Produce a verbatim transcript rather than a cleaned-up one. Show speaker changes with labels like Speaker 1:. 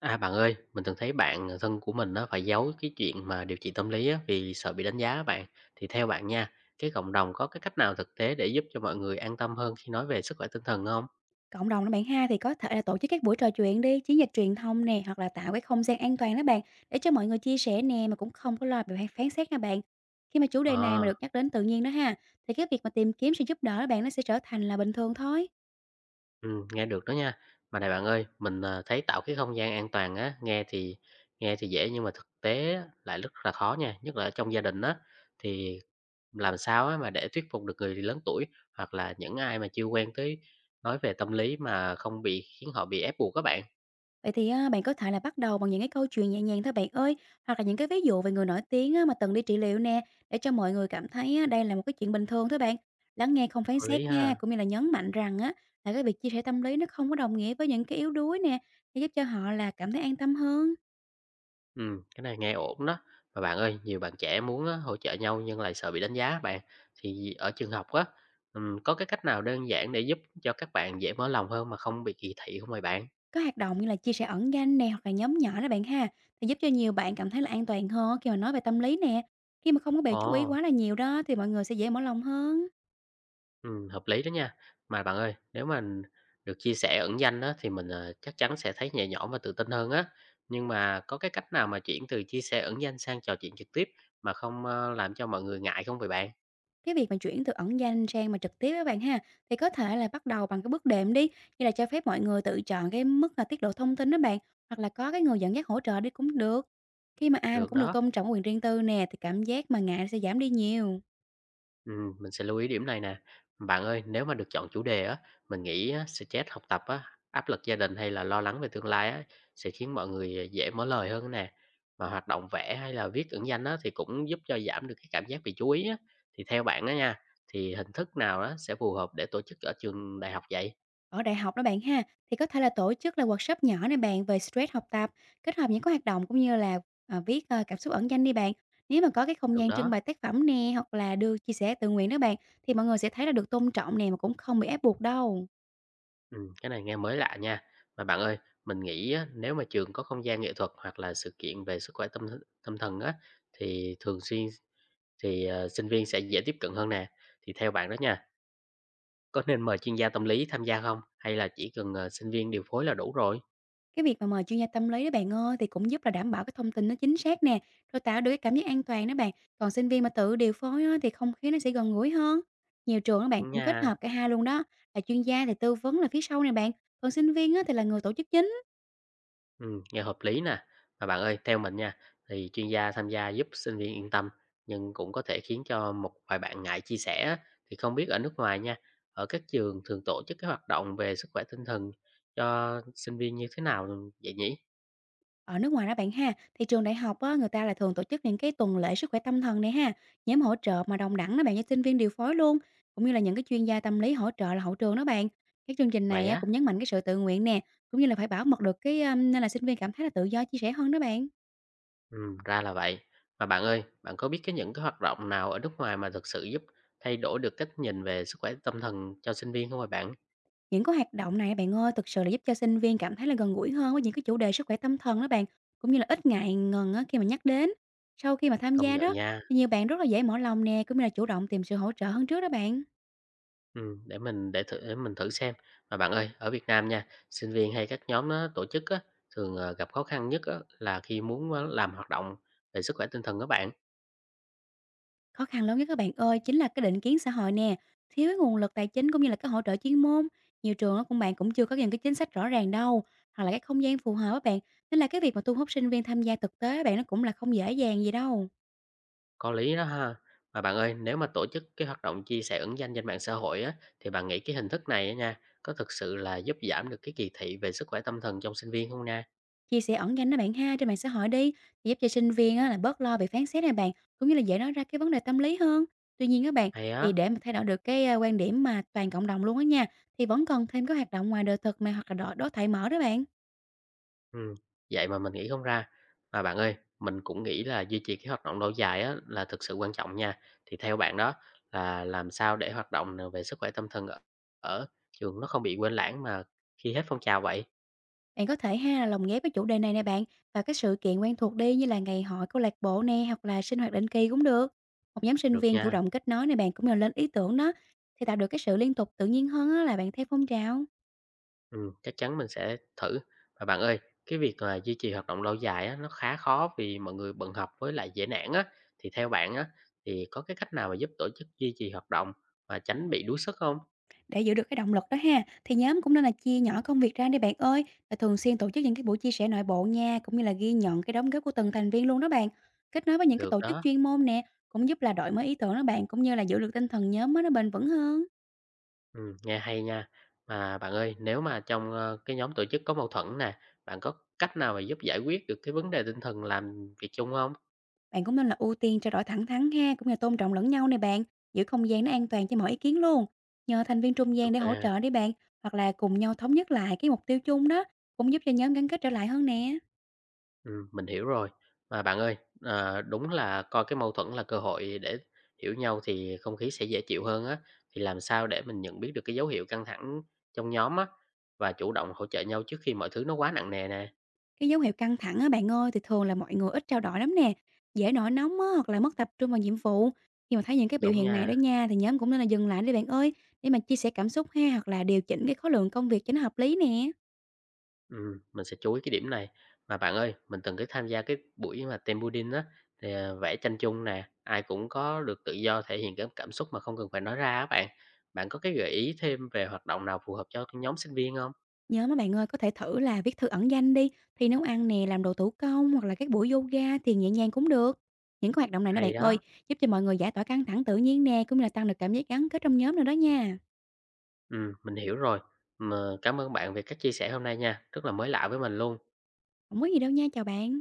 Speaker 1: À, bạn ơi, mình từng thấy bạn ờ, thân của mình á, phải giấu cái chuyện mà điều trị tâm lý á, vì sợ bị đánh giá á bạn. Thì theo bạn nha, cái cộng đồng có cái cách nào thực tế để giúp cho mọi người an tâm hơn khi nói về sức khỏe tinh thần không?
Speaker 2: Cộng đồng đó bạn ha, thì có thể là tổ chức các buổi trò chuyện đi, chiến dịch truyền thông nè, hoặc là tạo cái không gian an toàn đó bạn, để cho mọi người chia sẻ nè, mà cũng không có lo bị phán phán xét nha bạn. Khi mà chủ đề này mà
Speaker 1: Ờ,
Speaker 2: được nhắc đến tự nhiên đó ha, thì cái việc mà tìm kiếm sự giúp đỡ đó bạn nó sẽ trở thành là bình thường thôi.
Speaker 1: ừ, nghe được đó nha. Mà này bạn ơi, mình à, thấy tạo cái không gian an toàn á, nghe thì nghe thì dễ nhưng mà thực tế á, lại rất là khó nha, nhất là ở trong gia đình á. Thì làm sao á, mà để thuyết phục được người lớn tuổi hoặc là những ai mà chưa quen tới nói về tâm lý mà không bị khiến họ bị ép buộc các bạn.
Speaker 2: Vậy thì á, bạn có thể là bắt đầu bằng những cái câu chuyện nhẹ nhàng thôi bạn ơi, hoặc là những cái ví dụ về người nổi tiếng á, mà từng đi trị liệu nè, để cho mọi người cảm thấy á, đây là một cái chuyện bình thường thôi bạn. Lắng nghe không phán
Speaker 1: Có lý
Speaker 2: xét nha,
Speaker 1: ha.
Speaker 2: cũng như là nhấn mạnh rằng á, là cái việc chia sẻ tâm lý nó không có đồng nghĩa với những cái yếu đuối nè, để giúp cho họ là cảm thấy an tâm hơn.
Speaker 1: Ừm, cái này nghe ổn đó. Mà bạn ơi, nhiều bạn trẻ muốn á, hỗ trợ nhau nhưng lại sợ bị đánh giá bạn. Thì ở trường học á, ừm, có cái cách nào đơn giản để giúp cho các bạn dễ mở lòng hơn mà không bị kỳ thị không vậy bạn?
Speaker 2: Có hoạt động như là chia sẻ ẩn danh nè, hoặc là nhóm nhỏ đó bạn ha, thì giúp cho nhiều bạn cảm thấy là an toàn hơn khi mà nói về tâm lý nè. Khi mà không có bị chú ý
Speaker 1: Ồ,
Speaker 2: quá là nhiều đó, thì mọi người sẽ dễ mở lòng hơn.
Speaker 1: ừm, hợp lý đó nha. Mà bạn ơi, nếu mà n- được chia sẻ ẩn danh á, thì mình ờ, chắc chắn sẽ thấy nhẹ nhõm và tự tin hơn á. Nhưng mà có cái cách nào mà chuyển từ chia sẻ ẩn danh sang trò chuyện trực tiếp mà không ờ, làm cho mọi người ngại không vậy bạn?
Speaker 2: Cái việc mà chuyển từ ẩn danh sang mà trực tiếp á bạn ha, thì có thể là bắt đầu bằng cái bước đệm đi, như là cho phép mọi người tự chọn cái mức là tiết lộ thông tin đó bạn, hoặc là có cái người dẫn dắt hỗ trợ đi cũng được. Khi mà ai mà
Speaker 1: Được
Speaker 2: cũng được
Speaker 1: đó.
Speaker 2: tôn trọng quyền riêng tư nè thì cảm giác mà ngại sẽ giảm đi nhiều.
Speaker 1: Ừm, mình sẽ lưu ý điểm này nè. Bạn ơi, nếu mà được chọn chủ đề á, mình nghĩ á, stress học tập á, áp lực gia đình hay là lo lắng về tương lai á, sẽ khiến mọi người à, dễ mở lời hơn nè. Mà hoạt động vẽ hay là viết ẩn danh á, thì cũng giúp cho giảm được cái cảm giác bị chú ý á. Thì theo bạn á nha, thì hình thức nào đó sẽ phù hợp để tổ chức ở trường đại học vậy?
Speaker 2: Ở đại học đó bạn ha, thì có thể là tổ chức là workshop nhỏ này bạn về stress học tập, kết hợp những cái hoạt động cũng như là à, viết à, cảm xúc ẩn danh đi bạn. Nếu mà có cái không
Speaker 1: Được
Speaker 2: gian trưng
Speaker 1: đó.
Speaker 2: bày tác phẩm nè hoặc là đưa chia sẻ tự nguyện đó bạn thì mọi người sẽ thấy là được tôn trọng nè mà cũng không bị ép buộc đâu.
Speaker 1: Ừ, cái này nghe mới lạ nha. Mà bạn ơi, mình nghĩ á, nếu mà trường có không gian nghệ thuật hoặc là sự kiện về sức khỏe tâm tâm thần á, thì thường xuyên. Thì, ờ, sinh viên sẽ dễ tiếp cận hơn nè. Thì theo bạn đó nha, có nên mời chuyên gia tâm lý tham gia không? Hay là chỉ cần, ờ, sinh viên điều phối là đủ rồi?
Speaker 2: Cái việc mà mời chuyên gia tâm lý đó bạn ơi, thì cũng giúp là đảm bảo cái thông tin nó chính xác nè, rồi tạo được cái cảm giác an toàn đó bạn. Còn sinh viên mà tự điều phối á, thì không khí nó sẽ gần gũi hơn. Nhiều trường các bạn cũng kết
Speaker 1: Nha,
Speaker 2: hợp cả hai luôn đó, là chuyên gia thì tư vấn là phía sau này bạn, còn sinh viên á, thì là người tổ chức chính.
Speaker 1: ừm, nghe hợp lý nè. Mà bạn ơi, theo mình nha, thì chuyên gia tham gia giúp sinh viên yên tâm, nhưng cũng có thể khiến cho một vài bạn ngại chia sẻ á. Thì không biết ở nước ngoài nha, ở các trường thường tổ chức cái hoạt động về sức khỏe tinh thần cho sinh viên như thế nào vậy nhỉ?
Speaker 2: Ở nước ngoài đó bạn ha, thì trường đại học á, người ta là thường tổ chức những cái tuần lễ sức khỏe tâm thần này ha, nhóm hỗ trợ mà đồng đẳng đó bạn cho sinh viên điều phối luôn, cũng như là những cái chuyên gia tâm lý hỗ trợ là hậu trường đó bạn. Cái chương trình
Speaker 1: Vậy
Speaker 2: này á,
Speaker 1: á.
Speaker 2: cũng nhấn mạnh cái sự tự nguyện nè, cũng như là phải bảo mật được cái um, nên là sinh viên cảm thấy là tự do chia sẻ hơn đó bạn.
Speaker 1: Ừ, ra là vậy. Mà bạn ơi, bạn có biết cái những cái hoạt động nào ở nước ngoài mà thực sự giúp thay đổi được cách nhìn về sức khỏe tâm thần cho sinh viên không ạ? Bạn?
Speaker 2: Những cái hoạt động này bạn ơi, thực sự là giúp cho sinh viên cảm thấy là gần gũi hơn với những cái chủ đề sức khỏe tâm thần đó bạn, cũng như là ít ngại ngần á, khi mà nhắc đến. Sau khi mà tham
Speaker 1: Công
Speaker 2: gia
Speaker 1: nhận
Speaker 2: đó,
Speaker 1: nha.
Speaker 2: thì nhiều bạn rất là dễ mở lòng nè, cũng như là chủ động tìm sự hỗ trợ hơn trước đó bạn.
Speaker 1: Ừ, để mình để thử để mình thử xem. Mà bạn ơi, ở Việt Nam nha, sinh viên hay các nhóm nó tổ chức á, thường ờ, gặp khó khăn nhất á, là khi muốn ờ, làm hoạt động về sức khỏe tinh thần các bạn.
Speaker 2: Khó khăn lớn nhất các bạn ơi chính là cái định kiến xã hội nè, thiếu cái nguồn lực tài chính cũng như là cái hỗ trợ chuyên môn. Nhiều trường á, cũng bạn cũng chưa có những cái chính sách rõ ràng đâu, hoặc là cái không gian phù hợp á bạn. Nên là cái việc mà thu hút sinh viên tham gia thực tế á bạn nó cũng là không dễ dàng gì đâu.
Speaker 1: Có lý đó ha. Mà bạn ơi, nếu mà tổ chức cái hoạt động chia sẻ ứng danh trên mạng xã hội á, thì bạn nghĩ cái hình thức này á nha, có thực sự là giúp giảm được cái kỳ thị về sức khỏe tâm thần trong sinh viên không nha?
Speaker 2: Chia sẻ ẩn danh đó bạn ha trên mạng xã hội đi, thì giúp cho sinh viên á, là bớt lo về phán xét này bạn, cũng như là dễ nói ra cái vấn đề tâm lý hơn. Tuy nhiên các bạn
Speaker 1: Hay
Speaker 2: thì
Speaker 1: á,
Speaker 2: để mà thay đổi được cái à, quan điểm mà toàn cộng đồng luôn á nha, thì vẫn cần thêm các hoạt động ngoài đời thực mà hoặc là đối đối thoại mở đó bạn.
Speaker 1: ừm, vậy mà mình nghĩ không ra. Mà bạn ơi, mình cũng nghĩ là duy trì cái hoạt động lâu dài á là thực sự quan trọng nha. Thì theo bạn đó là làm sao để hoạt động nào về sức khỏe tâm thần ở ở trường nó không bị quên lãng mà khi hết phong trào vậy?
Speaker 2: Bạn có thể ha là lồng ghép cái chủ đề này nè bạn và các sự kiện quen thuộc đi như là ngày hội câu lạc bộ nè hoặc là sinh hoạt định kỳ cũng được. Một nhóm sinh
Speaker 1: Được
Speaker 2: viên chủ
Speaker 1: nha,
Speaker 2: động kết nối này bạn cũng nhờ lên ý tưởng đó thì tạo được cái sự liên tục tự nhiên hơn á, là bạn theo phong trào.
Speaker 1: ừm, chắc chắn mình sẽ thử. Mà bạn ơi, cái việc là duy trì hoạt động lâu dài á nó khá khó vì mọi người bận học với lại dễ nản á. Thì theo bạn á thì có cái cách nào mà giúp tổ chức duy trì hoạt động mà tránh bị đuối sức không?
Speaker 2: Để giữ được cái động lực đó ha thì nhóm cũng nên là chia nhỏ công việc ra đi bạn ơi, và thường xuyên tổ chức những cái buổi chia sẻ nội bộ nha, cũng như là ghi nhận cái đóng góp của từng thành viên luôn đó bạn. Kết nối với những cái
Speaker 1: Được
Speaker 2: tổ chức
Speaker 1: đó.
Speaker 2: chuyên môn nè cũng giúp là đổi mới ý tưởng đó bạn, cũng như là giữ được tinh thần nhóm á, nó bền vững hơn.
Speaker 1: Ừm, nghe hay nha. Mà bạn ơi, nếu mà trong, ơ, cái nhóm tổ chức có mâu thuẫn nè, bạn có cách nào mà giúp giải quyết được cái vấn đề tinh thần làm việc chung không?
Speaker 2: Bạn cũng nên là ưu tiên trao đổi thẳng thắn ha, cũng như tôn trọng lẫn nhau nè bạn, giữ không gian nó an toàn cho mọi ý kiến luôn. Nhờ thành viên trung gian
Speaker 1: Được
Speaker 2: để hỗ
Speaker 1: nè,
Speaker 2: trợ đi bạn, hoặc là cùng nhau thống nhất lại cái mục tiêu chung đó, cũng giúp cho nhóm gắn kết trở lại hơn nè.
Speaker 1: ừm, mình hiểu rồi. Mà bạn ơi, ờ, đúng là coi cái mâu thuẫn là cơ hội để hiểu nhau thì không khí sẽ dễ chịu hơn á, thì làm sao để mình nhận biết được cái dấu hiệu căng thẳng trong nhóm á, và chủ động hỗ trợ nhau trước khi mọi thứ nó quá nặng nề nè?
Speaker 2: Cái dấu hiệu căng thẳng á bạn ơi thì thường là mọi người ít trao đổi lắm nè, dễ nổi nóng á, hoặc là mất tập trung vào nhiệm vụ. Khi mà thấy những cái biểu
Speaker 1: Đúng
Speaker 2: hiện này đó
Speaker 1: nha.
Speaker 2: nha thì nhóm cũng nên là dừng lại đi bạn ơi, để mà chia sẻ cảm xúc ha hoặc là điều chỉnh cái khối lượng công việc cho nó hợp lý nè.
Speaker 1: Ừm, mình sẽ chú ý cái điểm này. Mà bạn ơi, mình từng cái tham gia cái buổi mà team building á, thì, à, vẽ tranh chung nè, ai cũng có được tự do thể hiện cái cảm xúc mà không cần phải nói ra á bạn. Bạn có cái gợi ý thêm về hoạt động nào phù hợp cho cái nhóm sinh viên không?
Speaker 2: Nhớ mấy bạn ơi, có thể thử là viết thư ẩn danh đi, thì nấu ăn nè, làm đồ thủ công hoặc là các buổi yoga thì nhẹ nhàng cũng được. Những cái hoạt động này đó
Speaker 1: Hay
Speaker 2: bạn ơi,
Speaker 1: đó.
Speaker 2: giúp cho mọi người giải tỏa căng thẳng tự nhiên nè, cũng như là tăng được cảm giác gắn kết trong nhóm nữa đó nha.
Speaker 1: Ừm, mình hiểu rồi. Mà cảm ơn bạn về các chia sẻ hôm nay nha, rất là mới lạ với mình luôn.
Speaker 2: Không có gì đâu nha, chào bạn.